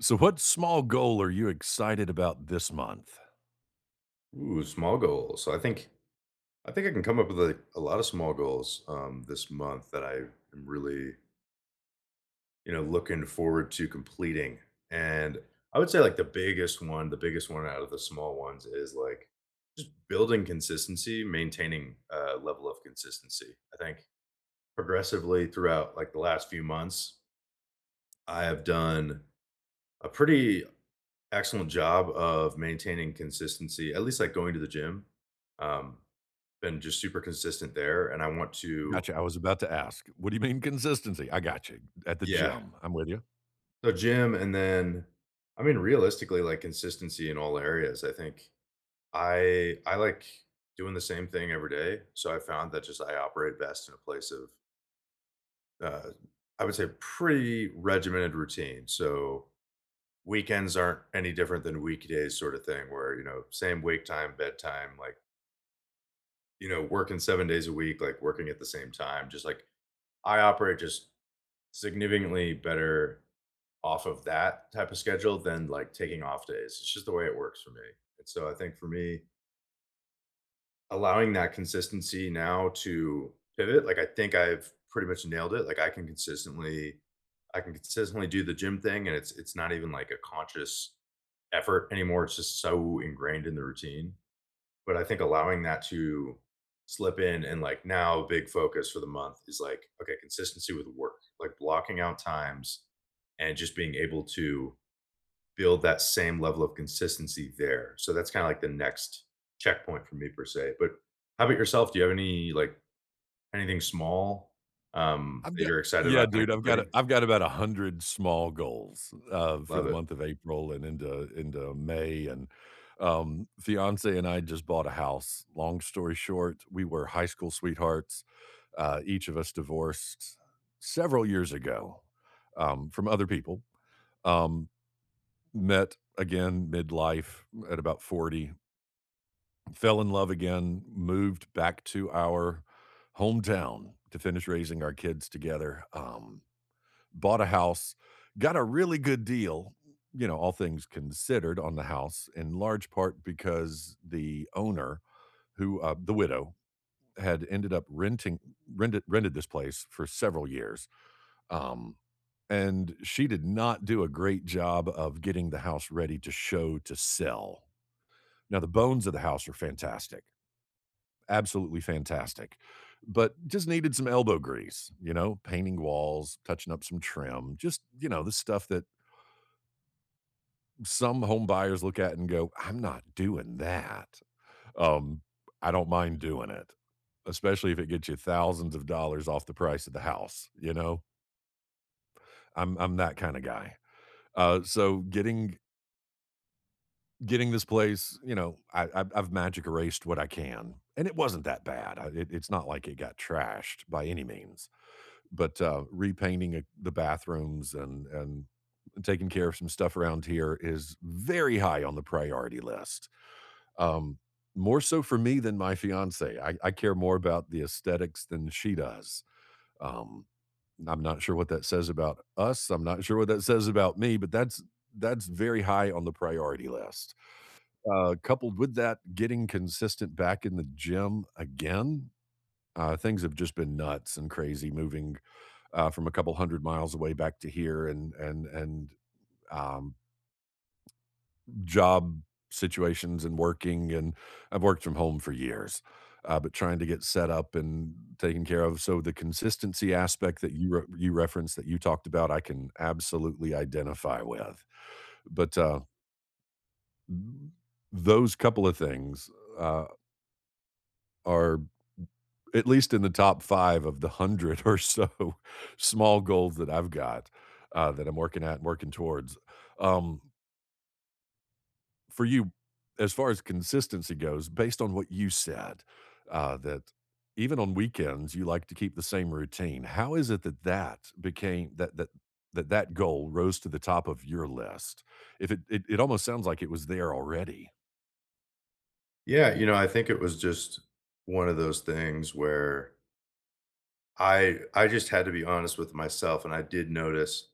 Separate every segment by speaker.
Speaker 1: So, what small goal are you excited about this month?
Speaker 2: Ooh, small goals. So I think I can come up with a lot of small goals this month that I am really looking forward to completing. And I would say like the biggest one out of the small ones is like just building consistency, maintaining a level of consistency. I think progressively throughout like the last few months, I have done a pretty excellent job of maintaining consistency, at least like going to the gym. Um, been just super consistent there, and I want to,
Speaker 1: Gotcha. I was about to ask, what do you mean consistency? I got you at the
Speaker 2: yeah.
Speaker 1: gym. I'm with you.
Speaker 2: So gym and then I mean, realistically, like, consistency in all areas. I think I like doing the same thing every day, so I found that just I operate best in a place of, uh, I would say pretty regimented routine. So, weekends aren't any different than weekdays sort of thing where, you know, same wake time, bedtime, like, you know, working 7 days a week, like, working at the same time, just, like I operate just significantly better off of that type of schedule than like taking off days. It's just the way it works for me. And so I think for me, allowing that consistency now to pivot, like I think I've pretty much nailed it. Like I can consistently do the gym thing and it's not even like a conscious effort anymore. It's just so ingrained in the routine. But I think allowing that to slip in and like now a big focus for the month is like, okay, consistency with work, like blocking out times and just being able to build that same level of consistency there. So that's kind of like the next checkpoint for me per se. But how about yourself? Do you have any like anything small
Speaker 1: I've
Speaker 2: that
Speaker 1: got
Speaker 2: you're excited
Speaker 1: yeah,
Speaker 2: about kind of
Speaker 1: dude. I've got
Speaker 2: completing?
Speaker 1: I've got about 100 small goals for
Speaker 2: Love
Speaker 1: the
Speaker 2: it.
Speaker 1: month of April and into May. And fiance and I just bought a house. Long story short, we were high school sweethearts. Each of us divorced several years ago from other people. Um, Met again midlife at about 40, fell in love again, moved back to our hometown to finish raising our kids together, bought a house, got a really good deal, you know, all things considered on the house, in large part because the owner who, the widow, had ended up renting rented rented this place for several years. Um, and she did not do a great job of getting the house ready to show to sell. Now, the bones of the house are fantastic, absolutely fantastic, but just needed some elbow grease, you know, painting walls, touching up some trim, just, you know, the stuff that some home buyers look at and go, I'm not doing that. Um, I don't mind doing it, especially if it gets you thousands of dollars off the price of the house, you know? I'm that kind of guy. So getting this place, you know, I've magic erased what I can, and it wasn't that bad. It's not like it got trashed by any means, but repainting the bathrooms and taking care of some stuff around here is very high on the priority list. Um, More so for me than my fiance. I care more about the aesthetics than she does. Um, I'm not sure what that says about us. I'm not sure what that says about me, but that's very high on the priority list. Coupled with that, getting consistent back in the gym again. Things have just been nuts and crazy moving from a couple hundred miles away back to here and and um, job situations and working and I've worked from home for years, but trying to get set up and taken care of. So the consistency aspect that you referenced that you talked about, I can absolutely identify with. But those couple of things uh, are at least in the top five of the hundred or so small goals that I've got that I'm working at and working towards. Um, for you, as far as consistency goes, based on what you said, that even on weekends you like to keep the same routine. How is it that that became that that that that goal rose to the top of your list? If it almost sounds like it was there already.
Speaker 2: Yeah, you know, I think it was just one of those things where I just had to be honest with myself, and I did notice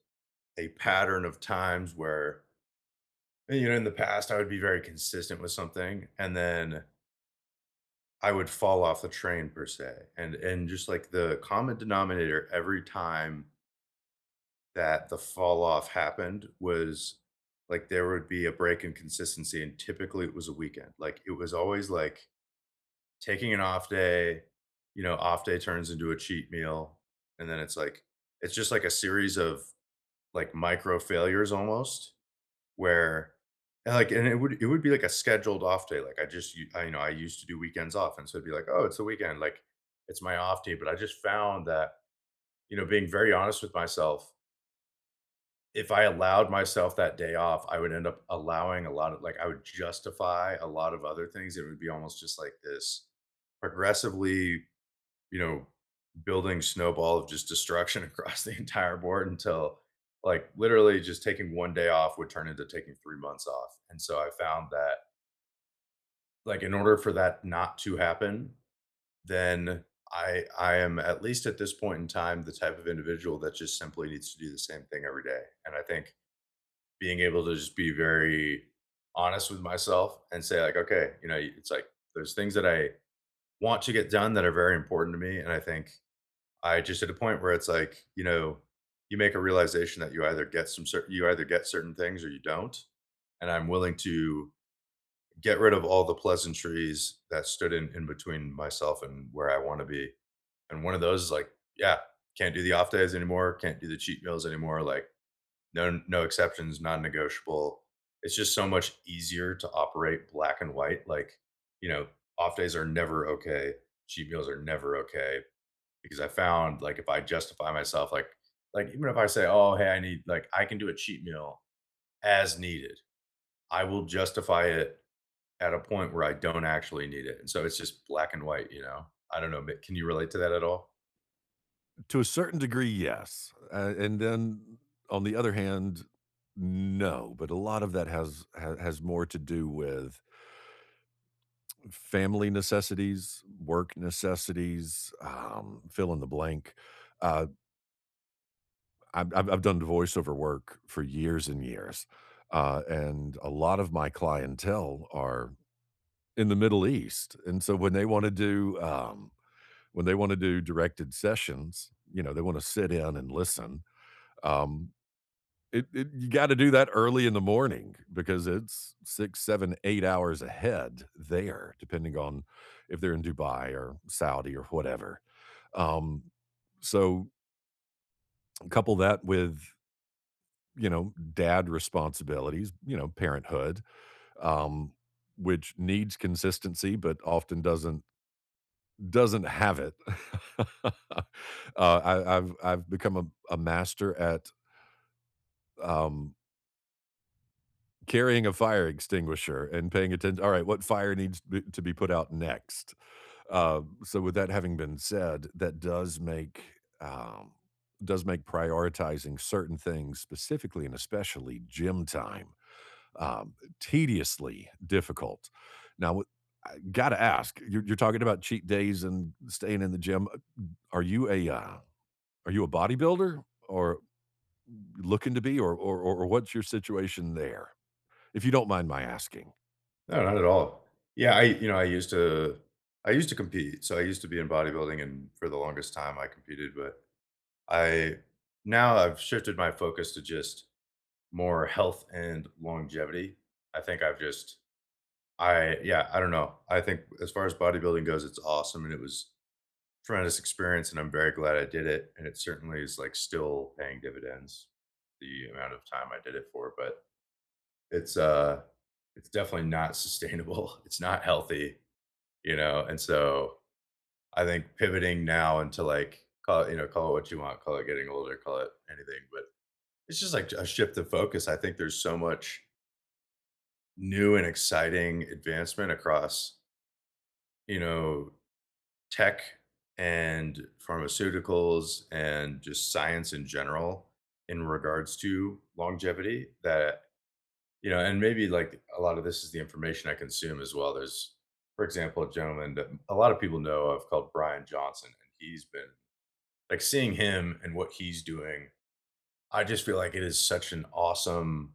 Speaker 2: a pattern of times where, you know, in the past, I would be very consistent with something and then I would fall off the train per se. And just like the common denominator every time that the fall off happened was like there would be a break in consistency and typically it was a weekend. Like it was always like taking an off day, you know, off day turns into a cheat meal and then it's like it's just like a series of like micro failures almost. Where and, like and it would be like a scheduled off day, like, I just u I you know, I used to do weekends off, and so it'd be like, "Oh, it's the weekend, like, it's my off day," but I just found that, you know, being very honest with myself, if I allowed myself that day off, I would end up allowing a lot of, like, I would justify a lot of other things. It would be almost just like this progressively, you know, building snowball of just destruction across the entire board until, like, literally just taking 1 day off would turn into taking 3 months off, and so I found that, like, in order for that not to happen, then I am, at least at this point in time, the type of individual that just simply needs to do the same thing every day, and I think being able to just be very honest with myself and say, like, "Okay," you know, it's like, there's things that I want to get done that are very important to me, and I think I just hit a point where it's like, you know, you make a realization that you either you either get certain things or you don't. And I'm willing to get rid of all the pleasantries that stood in between myself and where I want to be. And one of those is like, yeah, can't do the off days anymore, can't do the cheat meals anymore, like, no no exceptions, non-negotiable. It's just so much easier to operate black and white, like, you know, off days are never okay, cheat meals are never okay, because I found, like, if I justify myself, like, even if I say, "Oh, hey, I need," like, I can do a cheat meal as needed. I will justify it at a point where I don't actually need it, and so it's just black and white, you know? I don't know, but can you relate to that at all?
Speaker 1: To a certain degree, yes. And then on the other hand, no, but a lot of that has more to do with family necessities, work necessities, fill in the blank. Uh, I've done voiceover work for years and years, and a lot of my clientele are in the Middle East, and so when they wanna do, when they wanna do directed sessions, you know, they wanna sit in and listen, um It, it you got to do that early in the morning because it's six, seven, 8 hours ahead there, depending on if they're in Dubai or Saudi or whatever. Um, so couple that with you know dad responsibilities, you know parenthood, um, which needs consistency but often doesn't have it. uh, I've become a master at um, carrying a fire extinguisher and paying attention all right what fire needs to be put out next. So with that having been said, that um, does make prioritizing certain things specifically and especially gym time um, tediously difficult now. I gotta ask, you're talking about cheat days and staying in the gym. Are you a are you a bodybuilder or looking to be, or, or what's your situation there, if you don't mind my asking?
Speaker 2: No, not at all. Yeah, I you know, I used to compete, so I used to be in bodybuilding, and for the longest time, I competed, but I now I've shifted my focus to just more health and longevity. I think I've just I, yeah, I don't know. I think as far as bodybuilding goes, it's awesome, and it was tremendous experience, and I'm very glad I did it, and it certainly is, like, still paying dividends, the amount of time I did it for, but it's, uh it's definitely not sustainable, it's not healthy, you know, and so I think pivoting now into, like, call it you know, call it what you want, call it getting older, call it anything, but it's just, like, a shift of focus. I think there's so much new and exciting advancement across, you know, tech and pharmaceuticals and just science in general in regards to longevity that, you know, and maybe like a lot of this is the information I consume as well. There's, for example, a gentleman that a lot of people know of called Brian Johnson, and he's been like seeing him and what he's doing, I just feel like it is such an awesome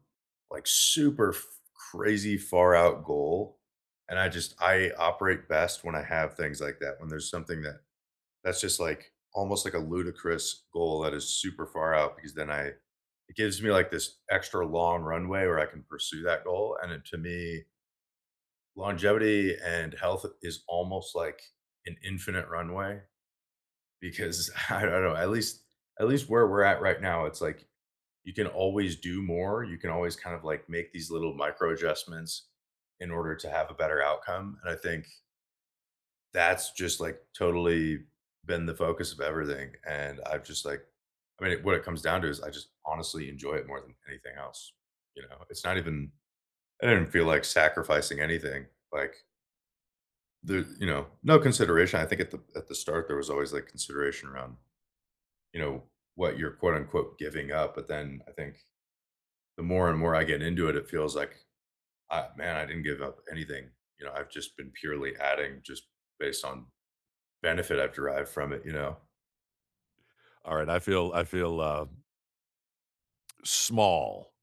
Speaker 2: like super f- crazy far out goal, and I just I operate best when I have things like that, when there's something that that's just, like, almost like a ludicrous goal that is super far out, because then I it gives me, like, this extra long runway where I can pursue that goal, and then to me, longevity and health is almost like an infinite runway because I don't know, at least where we're at right now, it's like you can always do more, you can always kind of, like, make these little micro adjustments in order to have a better outcome, and I think that's just, like, totally been the focus of everything, and I've just, like I mean, what it comes down to is I just honestly enjoy it more than anything else, you know? It's not even I didn't feel like sacrificing anything, like, the you know, no consideration. I think at the start, there was always, like, consideration around, you know, what you're, quote, unquote, "giving up," but then I think the more and more I get into it, it feels like, I man, I didn't give up anything, you know? I've just been purely adding just based on benefit I've derived from it, you know?
Speaker 1: All right, I feel, small,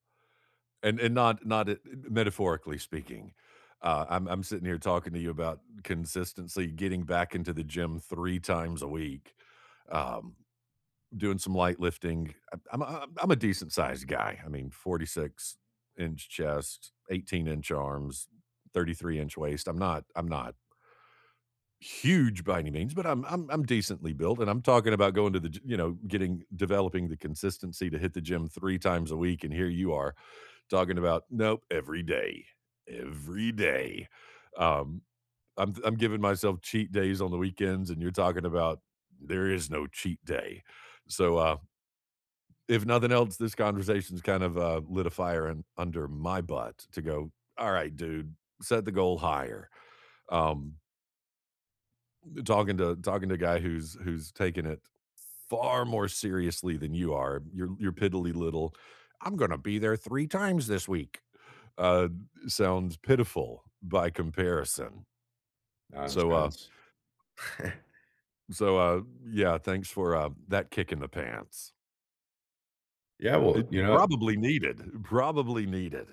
Speaker 1: and not it metaphorically speaking. I'm sitting here talking to you about consistency, getting back into the gym 3 times a week, um, doing some light lifting. I'm a decent-sized guy. I mean, 46-inch chest, 18-inch arms, 33-inch waist. I'm not huge by any means, but I'm decently built, and I'm talking about going to the you know, getting, developing the consistency to hit the gym three times a week, and here you are talking about nope, every day, every day. Um, I'm giving myself cheat days on the weekends, and you're talking about there is no cheat day. So if nothing else, this conversation's kind of lit a fire in, under my butt to go. All right, dude, set the goal higher. Um, Talking to a guy who's taken it far more seriously than you are. Your piddly little, I'm going to be there three times this week. Uh, Sounds pitiful by comparison. So
Speaker 2: Nonsense.
Speaker 1: yeah. Thanks for that kick in the pants.
Speaker 2: Yeah, well, you
Speaker 1: It
Speaker 2: know,
Speaker 1: probably needed. Probably needed.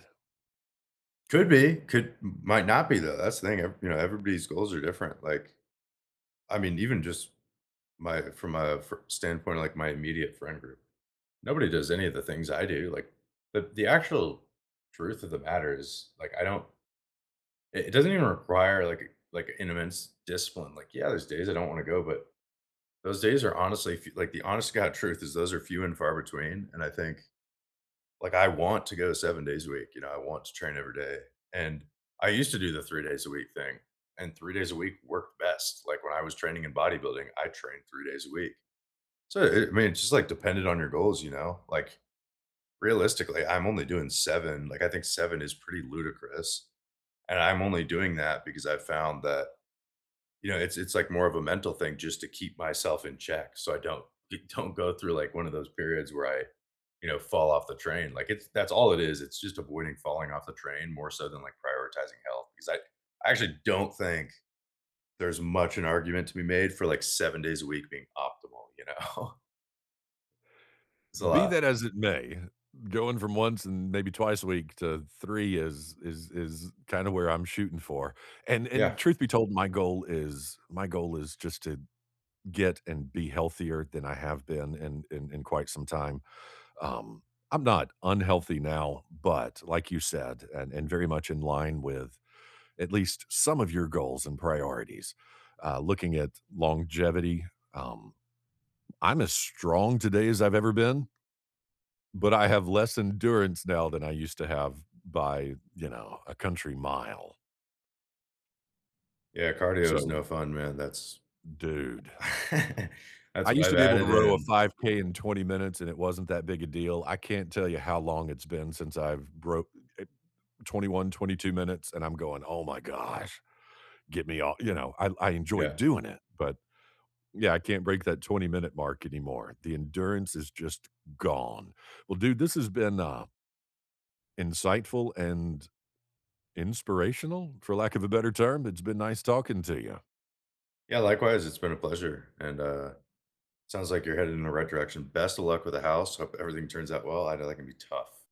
Speaker 2: could be, could might not be though, that's the thing, ev you know, everybody's goals are different, like, I mean, even just my from a fr standpoint, like, my immediate friend group, nobody does any of the things I do, like, the actual truth of the matter is, like, I don't it doesn't even require, like, an immense discipline, like, yeah, there's days I don't wanna go, but those days are honestly fe like, the honest to God truth is those are few and far between, and I think like, I want to go 7 days a week, you know, I want to train every day, and I used to do the 3 days a week thing, and 3 days a week worked best, like, when I was training in bodybuilding, I trained 3 days a week. So, it I mean, it's just, like, dependent on your goals, you know? Like, realistically, I'm only doing 7, like, I think 7 is pretty ludicrous, and I'm only doing that because I found that, you know, it's like more of a mental thing just to keep myself in check so I don't like, don't go through, like, one of those periods where I, you know, fall off the train. Like, it's that's all it is. It's just avoiding falling off the train more so than, like, prioritizing health because I actually don't think there's much an argument to be made for, like, 7 days a week being optimal, you know? It's a
Speaker 1: Be
Speaker 2: lot.
Speaker 1: that as it may, going from once and maybe twice a week to 3 is kinda where I'm shooting for,
Speaker 2: Yeah.
Speaker 1: and truth be told, my goal is just to get and be healthier than I have been in in quite some time. Um, I'm not unhealthy now, but like you said, and very much in line with at least some of your goals and priorities, looking at longevity, um, I'm as strong today as I've ever been, but I have less endurance now than I used to have by, you know, a country mile.
Speaker 2: Yeah, cardio is
Speaker 1: So,
Speaker 2: no fun, man. That's
Speaker 1: dude,
Speaker 2: that's
Speaker 1: I
Speaker 2: what
Speaker 1: used to
Speaker 2: I've
Speaker 1: be able to
Speaker 2: added
Speaker 1: row a
Speaker 2: in.
Speaker 1: 5K in 20 minutes, and it wasn't that big a deal. I can't tell you how long it's been since I've broke eh, 21, 22 minutes, and I'm going, "Oh my gosh, get me off." You know, I enjoy
Speaker 2: Yeah.
Speaker 1: doing it, but yeah, I can't break that 20-minute mark anymore. The endurance is just gone. Well, dude, this has been, insightful and inspirational, for lack of a better term. It's been nice talking to you.
Speaker 2: Yeah, likewise, it's been a pleasure, and, Sounds like you're headed in the right direction. Best of luck with the house. Hope everything turns out well. I know that can be tough.